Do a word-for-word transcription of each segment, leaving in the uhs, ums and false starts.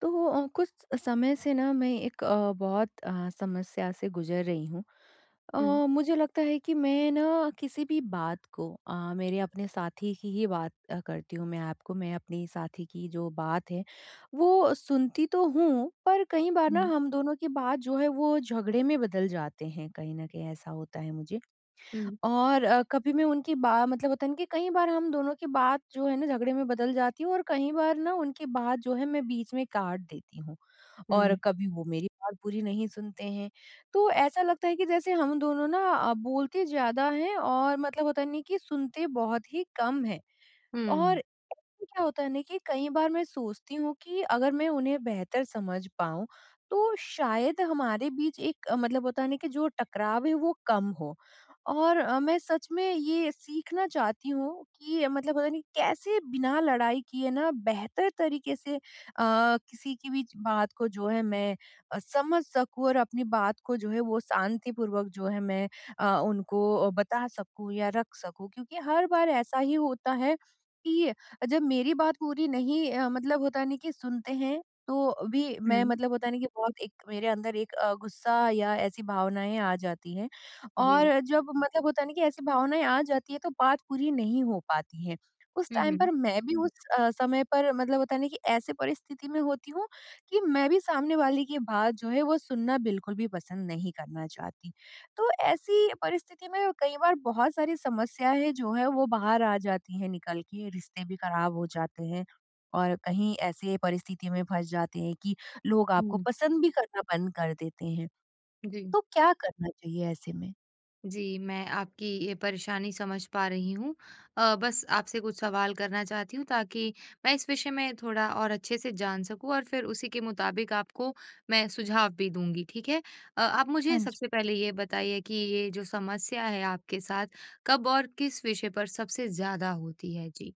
तो अ, कुछ समय से ना मैं एक अ, बहुत अ, समस्या से गुजर रही हूँ। अ, हुँ, मुझे लगता है कि मैं ना किसी भी बात को अ, मेरे अपने साथी की ही बात अ, करती हूँ मैं आपको। मैं अपनी साथी की जो बात है, वो सुनती तो हूँ, पर कई बार ना हुँ, हम दोनों की बात जो है वो झगड़े में बदल जाते हैं, कहीं न कहीं ऐसा होता है मुझे। हुँ, और अ, कभी मैं उनकी बा मतलब होता है ना कि कई बार हम दोनों की बात जो है ना झगड़े में बदल जाती है और कई बार ना उनकी बात जो है मैं बीच में काट देती हूँ और हुँ, कभी वो मेरी बात पूरी नहीं सुनते हैं। तो ऐसा लगता है कि जैसे हम दोनों ना अ, बोलते ज़्यादा हैं और मतलब होता नहीं कि सुनते बहुत ही कम हैं। हुँ। और क्या होता है ना कि कई बार मैं सोचती हूँ कि अगर मैं उन्हें बेहतर समझ पाऊँ, तो शायद हमारे बीच एक अ, मतलब होता है ना कि जो टकराव है वो कम हो। और अ, मैं सच में ये सीखना चाहती हूँ कि अ, मतलब पता नहीं कैसे बिना लड़ाई किए ना बेहतर तरीके से अ, किसी की भी बात को जो है मैं अ, समझ सकूँ और अपनी बात को जो है वो शांतिपूर्वक जो है मैं अ, उनको बता सकूँ या रख सकूँ। क्योंकि हर बार ऐसा ही होता है कि जब मेरी बात पूरी नहीं अ, मतलब होता नहीं कि सुनते हैं तो भी हुँ। मैं मतलब होता नहीं कि बहुत एक मेरे अंदर एक अ, गुस्सा या ऐसी भावनाएँ आ जाती हैं जी। और जब मतलब होता नहीं कि ऐसी भावनाएँ आ जाती है तो बात पूरी नहीं हो पाती है। उस हुँ, टाइम हुँ, पर मैं भी उस अ, समय पर मतलब होता नहीं कि ऐसे परिस्थिति में होती हूँ कि मैं भी सामने वाले की बात जो है वो सुनना बिल्कुल भी पसंद नहीं करना चाहती। तो ऐसी परिस्थिति में कई बार बहुत सारी समस्याएँ जो है वो बाहर आ जाती हैं निकल के, रिश्ते भी खराब हो जाते हैं और कहीं ऐसे परिस्थिति में फँस जाते हैं कि लोग आपको हुँ, पसंद भी करना बंद कर देते हैं। जी। तो क्या करना चाहिए ऐसे में? जी, मैं आपकी ये परेशानी समझ पा रही हूँ। अ, बस आपसे कुछ सवाल करना चाहती हूँ ताकि मैं इस विषय में थोड़ा और अच्छे से जान सकूँ, और फिर उसी के मुताबिक आपको मैं सुझाव भी दूँगी, ठीक है? अ, आप मुझे हाँ सबसे जी। पहले ये बताइए कि ये जो समस्या है आपके साथ, कब और किस विषय पर सबसे ज़्यादा होती है? जी।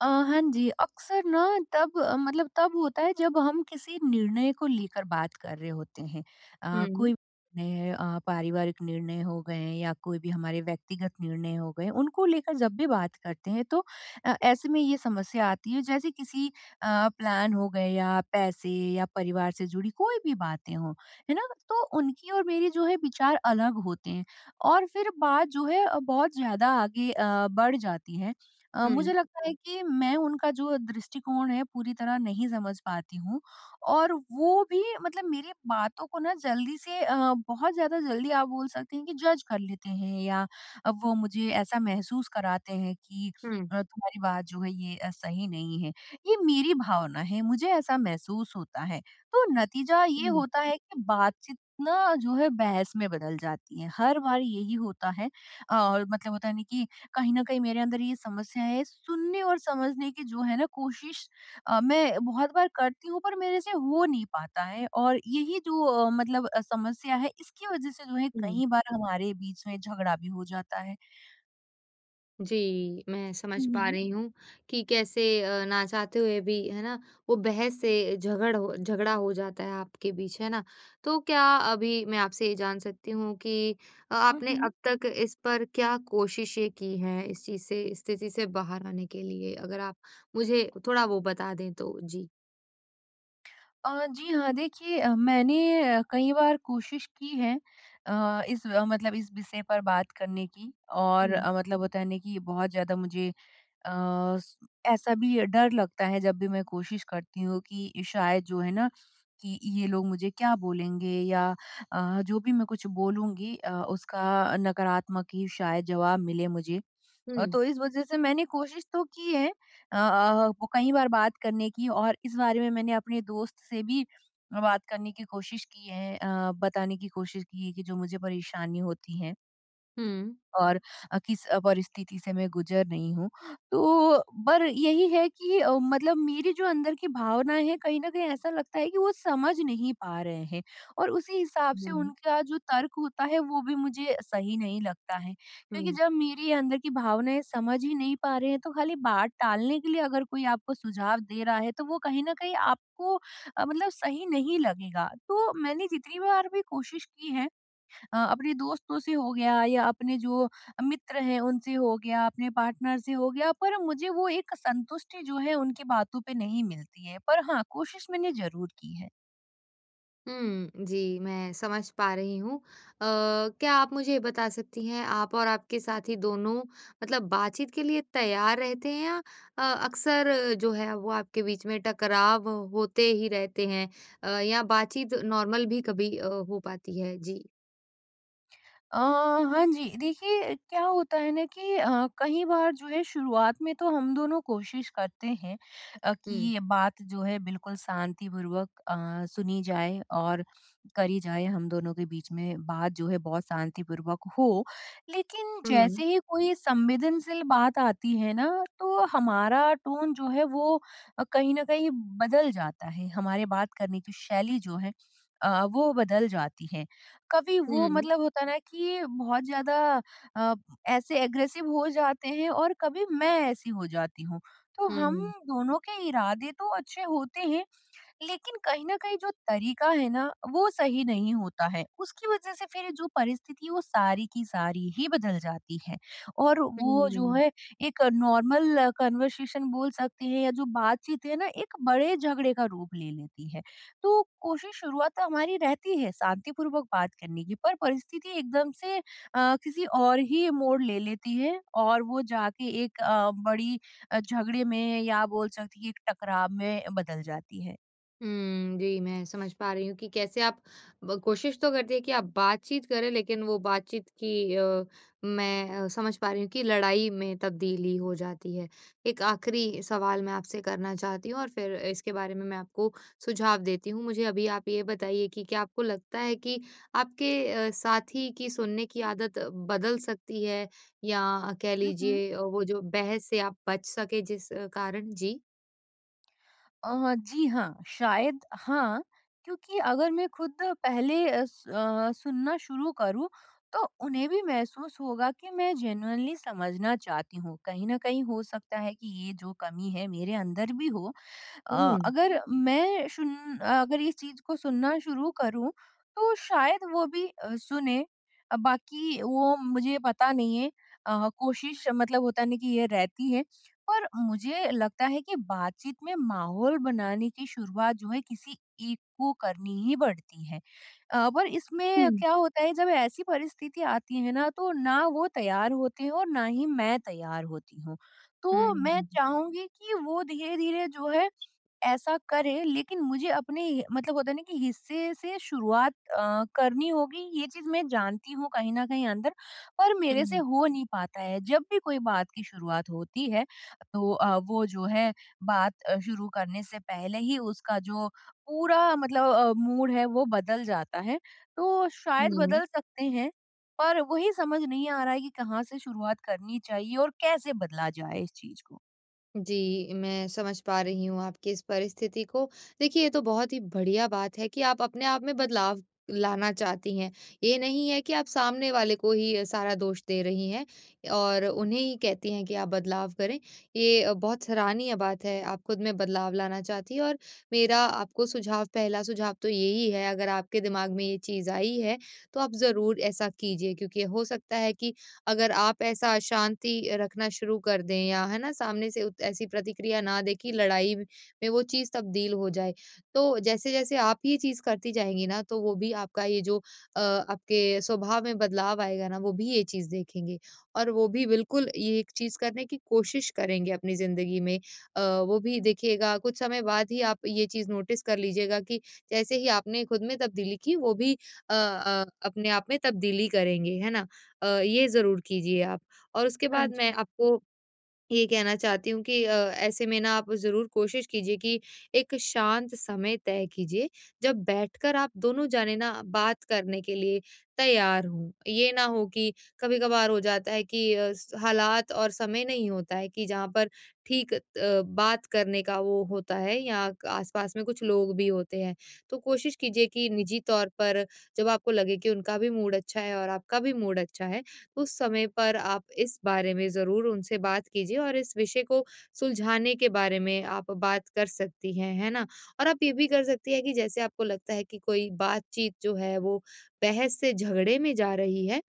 अ, हाँ जी, अक्सर ना तब अ, मतलब तब होता है जब हम किसी निर्णय को लेकर बात कर रहे होते हैं। अ, हुँ। कोई भी निर्णय अ, पारिवारिक निर्णय हो गए हैं या कोई भी हमारे व्यक्तिगत निर्णय हो गए, उनको लेकर जब भी बात करते हैं तो अ, ऐसे में ये समस्या आती है जैसे किसी अ, प्लान हो गए या पैसे या परिवार से जुड़ी कोई भी बातें हों, है ना? तो उनकी और मेरी जो है विचार अलग होते हैं और फिर बात जो है अ, बहुत ज़्यादा आगे अ, बढ़ जाती है। अ, हुँ, मुझे लगता है कि मैं उनका जो दृष्टिकोण है पूरी तरह नहीं समझ पाती हूँ और वो भी मतलब मेरी बातों को ना जल्दी से अ, बहुत ज़्यादा जल्दी आप बोल सकते हैं कि जज कर लेते हैं या अब वो मुझे ऐसा महसूस कराते हैं कि हुँ, अ, तुम्हारी बात जो है ये अ, सही नहीं है ये मेरी भावना है मुझे ऐसा महसूस होता है तो नतीजा ये हुँ, होता है कि बातचीत ना जो है बहस में बदल जाती है हर बार यही होता है और मतलब होता है नहीं कि कहीं न कहीं मेरे अंदर ये समस्या है, सुनने और समझने की जो है ना कोशिश अ, मैं बहुत बार करती हूँ पर मेरे से हो नहीं पाता है और यही जो अ, मतलब अ, समस्या है इसकी वज़ह से जो है हुँ। कई बार हमारे बीच में झगड़ा भी हो जाता है। जी, मैं समझ हुँ, पा हुँ। रही हूँ कि कैसे अ, ना चाहते हुए भी, है ना, वो बहस से झगड़ हो झगड़ा हो जाता है आपके बीच, है ना? तो क्या अभी मैं आपसे ये जान सकती हूँ कि अ, हुँ, आपने हुँ। अब तक इस पर क्या कोशिशें की हैं, इस चीज़ से, इस स्थिति से बाहर आने के लिए? अगर आप मुझे थोड़ा वो बता दें तो। जी। अ, जी हाँ, देखिए अ, मैंने अ, कई बार कोशिश की है अ, इस अ, मतलब इस विषय पर बात करने की और हुँ। अ, मतलब होता है ना कि बहुत ज़्यादा मुझे अ, स ऐसा भी डर लगता है जब भी मैं कोशिश करती हूँ कि शायद जो है ना कि ये लोग मुझे क्या बोलेंगे या अ, जो भी मैं कुछ बोलूँगी अ, उसका नकारात्मक ही शायद जवाब मिले मुझे। अ, हुँ, तो इस वज़ह से मैंने कोशिश तो की है अ अ, वो कई बार बात करने की और इस बारे में मैंने अपने दोस्त से भी बात करने की कोशिश की है अ, बताने की कोशिश की है कि जो मुझे परेशानी होती है। हुँ। और अ, किस अ, परिस्थिति से मैं गुजर रही हूँ। तो पर यही है कि अ, मतलब मेरी जो अंदर की भावनाएँ हैं कहीं न कहीं ऐसा लगता है कि वो समझ नहीं पा रहे हैं और उसी हिसाब से हुँ, उनका जो तर्क होता है वो भी मुझे सही नहीं लगता है। क्योंकि हुँ। जब मेरी अंदर की भावनाएँ समझ ही नहीं पा रहे हैं तो खाली बात टालने के लिए अगर कोई आपको सुझाव दे रहा है तो वो कहीं न कहीं आपको अ, मतलब सही नहीं लगेगा। तो मैंने जितनी बार भी कोशिश की है अ, अपने दोस्तों से हो गया या अपने जो मित्र हैं उनसे हो गया, अपने पार्टनर से हो गया, पर मुझे वो एक संतुष्टि जो है उनकी बातों पे नहीं मिलती है। पर हाँ, कोशिश मैंने ज़रूर की है। हुँ, जी, मैं समझ पा रही हूँ। अ, क्या आप मुझे ये बता सकती हैं, आप और आपके साथी दोनों मतलब बातचीत के लिए तैयार रहते हैं, या अ, अक्सर जो है वो आपके बीच में टकराव होते ही रहते हैं, अ, या बातचीत नॉर्मल भी कभी अ, हो पाती है? जी। अ, हाँ जी। देखिए क्या होता है ना कि अ, कई बार जो है शुरुआत में तो हम दोनों कोशिश करते हैं अ, कि हुँ। ये बात जो है बिल्कुल शांतिपूर्वक अ, सुनी जाए और करी जाए हम दोनों के बीच में बात जो है बहुत शांतिपूर्वक हो। लेकिन हुँ। जैसे ही कोई संवेदनशील बात आती है ना तो हमारा टोन जो है वो अ, कहीं न कहीं बदल जाता है। हमारे बात करने की शैली जो है अ, वो बदल जाती है। कभी वो हुँ। मतलब होता है ना कि बहुत ज़्यादा अ, ऐसे एग्रेसिव हो जाते हैं और कभी मैं ऐसी हो जाती हूँ। तो हुँ, हम हुँ, दोनों के इरादे तो अच्छे होते हैं लेकिन कहीं न कहीं जो तरीका है ना, वो सही नहीं होता है। उसकी वज़ह से फिर जो परिस्थिति है, वो सारी की सारी ही बदल जाती है और वो जो हुँ। है एक नॉर्मल कन्वर्सेशन बोल सकते हैं या जो बातचीत है ना, एक बड़े झगड़े का रूप ले लेती है। तो कोशिश शुरुआत तो हमारी रहती है शांतिपूर्वक बात करने की, पर परिस्थिति एकदम से अ, किसी और ही मोड़ ले लेती है और वो जाके एक अ, बड़ी अ, झगड़े में या बोल सकती है एक टकराव में बदल जाती है। हुँ, जी, मैं समझ पा रही हूँ कि कैसे आप ब कोशिश तो करती हैं कि आप बातचीत करें, लेकिन वो बातचीत की, अ, मैं अ, समझ पा रही हूँ कि लड़ाई में तब्दीली हो जाती है। एक आखिरी सवाल मैं आपसे करना चाहती हूँ, और फिर इसके बारे में मैं आपको सुझाव देती हूँ। मुझे अभी आप ये बताइए कि क्या आपको लगता है कि आपके अ, साथी की सुनने की आदत बदल सकती है, या कह हुँ, हुँ। लीजिए अ, वो जो बहस से आप बच सके, जिस अ, कारण? जी। अ, जी हाँ, शायद हाँ, क्योंकि अगर मैं खुद पहले अ, स अ, सुनना शुरू करूँ, तो उन्हें भी महसूस होगा कि मैं जेनुइनली समझना चाहती हूँ। कहीं न कहीं हो सकता है कि ये जो कमी है मेरे अंदर भी हो। अ, हुँ, अगर मैं सुन अगर इस चीज़ को सुनना शुरू करूँ, तो शायद वो भी अ, सुने। अ, बाकी वो मुझे पता नहीं है अ, कोशिश मतलब होता नहीं कि ये रहती है। पर मुझे लगता है कि बातचीत में माहौल बनाने की शुरुआत जो है किसी एक को करनी ही पड़ती है। अ, पर इसमें हुँ। क्या होता है जब ऐसी परिस्थिति आती है ना तो ना वो तैयार होते हैं और ना ही मैं तैयार होती हूँ। हुँ, तो मैं चाहूँगी कि वो धीरे-धीरे जो है ऐसा करे लेकिन मुझे अपने हि- मतलब होता है ना कि हिस्से से शुरुआत अ, करनी होगी ये चीज मैं जानती हूँ कहीं ना कहीं अंदर पर मेरे से हुँ। हो नहीं पाता है जब भी कोई बात की शुरुआत होती है तो अ, वो जो है बात अ, शुरू करने से पहले ही उसका जो पूरा मतलब मूड है वो बदल जाता है तो शायद हुँ। बदल सकते हैं पर वही समझ नहीं आ रहा है कि कहाँ से शुरुआत करनी चाहिए और कैसे बदला जाए इस चीज को जी, मैं समझ पा रही हूँ आपकी इस परिस्थिति को। देखिए, ये तो बहुत ही बढ़िया बात है कि आप अपने आप में बदलाव लाना चाहती हैं। ये नहीं है कि आप सामने वाले को ही सारा दोष दे रही हैं और उन्हें ही कहती हैं कि आप बदलाव करें। ये अ, बहुत सराहनीय बात है, आप खुद में बदलाव लाना चाहती हैं, और मेरा आपको सुझाव, पहला सुझाव तो यही है, अगर आपके दिमाग में ये चीज़ आई है, तो आप ज़रूर ऐसा कीजिए, क्योंकि हो सकता है कि अगर आप ऐसा अशांति रखना शुरू कर दें, या है ना, सामने से उत- ऐसी प्रतिक्रिया ना दें कि लड़ाई में वो चीज तब्दील हो जाए, तो जैसे जैसे आप ये चीज करती जाएंगी ना, तो वो भी आपका ये जो अ, आपके स्वभाव में बदलाव आएगा ना, वो भी ये चीज देखेंगे, और वो भी बिल्कुल ये एक चीज करने की कोशिश करेंगे अपनी जिंदगी में। अ, वो भी देखिएगा, कुछ समय बाद ही आप ये चीज नोटिस कर लीजिएगा कि जैसे ही आपने खुद में तब्दीली की, वो भी अ, अ, अपने आप में तब्दीली करेंगे, है ना। अ, ये ज़रूर कीजिए आप। और उसके हाँ बाद मैं जी आपको ये कहना चाहती हूँ कि अ, ऐसे में ना आप ज़रूर कोशिश कीजिए कि एक शांत समय तय कीजिए, जब बैठकर आप दोनों जाने ना बात करने के लिए तैयार हों। ये ना हो कि कभी-कभार हो जाता है कि अ, स हालात और समय नहीं होता है कि जहाँ पर ठीक अ, बात करने का वो होता है, या आस-पास में कुछ लोग भी होते हैं। तो कोशिश कीजिए कि निजी तौर पर जब आपको लगे कि उनका भी मूड अच्छा है और आपका भी मूड अच्छा है, उस समय पर आप इस बारे में ज़रूर उनसे बात कीजिए, और इस विषय को सुलझाने के बारे में आप बात कर सकती हैं, है ना? और आप ये भी कर सकती हैं कि जैसे आपको लगता है कि कोई बातचीत जो है वो बहस से झगड़े में जा रही है,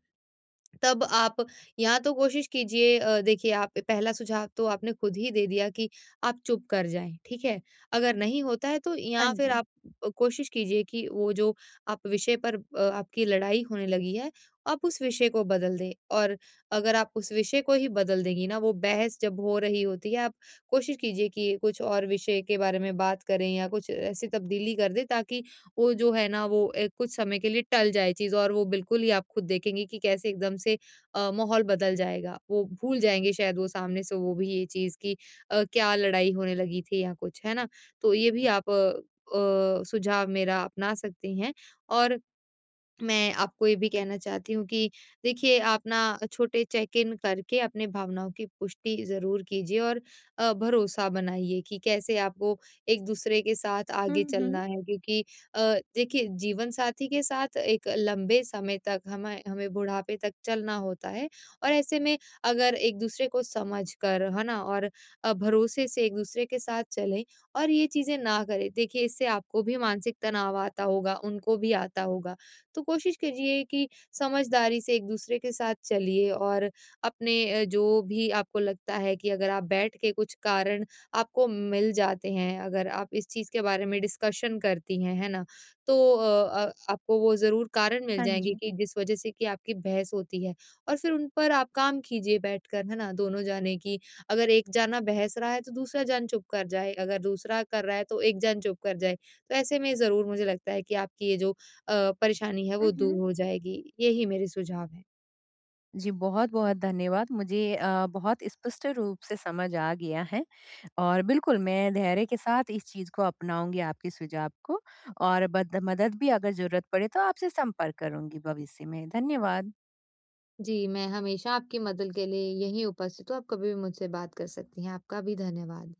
तब आप या तो कोशिश कीजिए, अ, देखिए, आप पहला सुझाव तो आपने खुद ही दे दिया कि आप चुप कर जाएँ, ठीक है? अगर नहीं होता है तो, हाँ या फिर जी आप अ, कोशिश कीजिए कि वो जो आप विषय पर अ, आपकी लड़ाई होने लगी है, आप उस विषय को बदल दें, और अगर आप उस विषय को ही बदल देंगी ना, वो बहस जब हो रही होती है, आप कोशिश कीजिए कि कुछ और विषय के बारे में बात करें, या कुछ ऐसी तब्दीली कर दें, ताकि वो जो है ना, वो ए, कुछ समय के लिए टल जाए चीज़, और वो बिल्कुल ही आप खुद देखेंगे कि कैसे एकदम से अ, माहौल बदल जाएगा। वो भूल जाएँगे शायद, वो सामने से वो भी ये चीज़ कि अ, क्या लड़ाई होने लगी थी या कुछ, है ना? तो ये भी आप अ, अ, सुझाव मेरा अपना सकती हैं। और मैं आपको ये भी कहना चाहती हूँ कि देखिए आप ना छोटे चेक इन करके अपने भावनाओं की पुष्टि ज़रूर कीजिए, और अ, भरोसा बनाइए कि कैसे आपको एक दूसरे के साथ आगे हम्म हम्म चलना है, क्योंकि अ, देखिए, जीवन साथी के साथ एक लंबे समय तक हमें हमें बुढ़ापे तक चलना होता है। और ऐसे में अगर एक दूसरे को समझ कर, है ना, और अ, भरोसे से एक दूसरे के साथ चलें, और ये चीज़ें ना करें, देखिए, इससे आपको भी मानसिक तनाव आता होगा, उनको भी आता होगा। तो कोशिश कीजिए कि समझदारी से एक-दूसरे के साथ चलिए, और अपने अ, जो भी आपको लगता है, कि अगर आप बैठ के कुछ कारण आपको मिल जाते हैं, अगर आप इस चीज़ के बारे में डिस्कशन करती हैं, है ना? तो अ अ, आपको वो ज़रूर कारण मिल हाँ जाएँगे जी कि जिस वजह से कि आपकी बहस होती है, और फिर उन पर आप काम कीजिए बैठकर, है ना? दोनों जाने की, अगर एक जना बहस रहा है, तो दूसरा जन चुप कर जाए, अगर दूसरा कर रहा है, तो एक जन चुप कर जाए। तो ऐसे में ज़रूर मुझे लगता है कि आपकी ये जो अ, परेशानी है वो दूर उहुँ। हो जाएगी। यही मेरे सुझाव हैं। जी, बहुत-बहुत धन्यवाद। मुझे अ, बहुत स्पष्ट रूप से समझ आ गया है और बिल्कुल, मैं धैर्य के साथ इस चीज़ को अपनाऊँगी आपके सुझाव को और बद मदद भी अगर ज़रूरत पड़े तो आपसे संपर्क करूँगी भविष्य में। धन्यवाद। जी, मैं हमेशा आपकी मदद के लिए यहीं उपस्थित हूँ। आप कभी भी मुझसे बात कर सकती हैं। आपका भी धन्यवाद।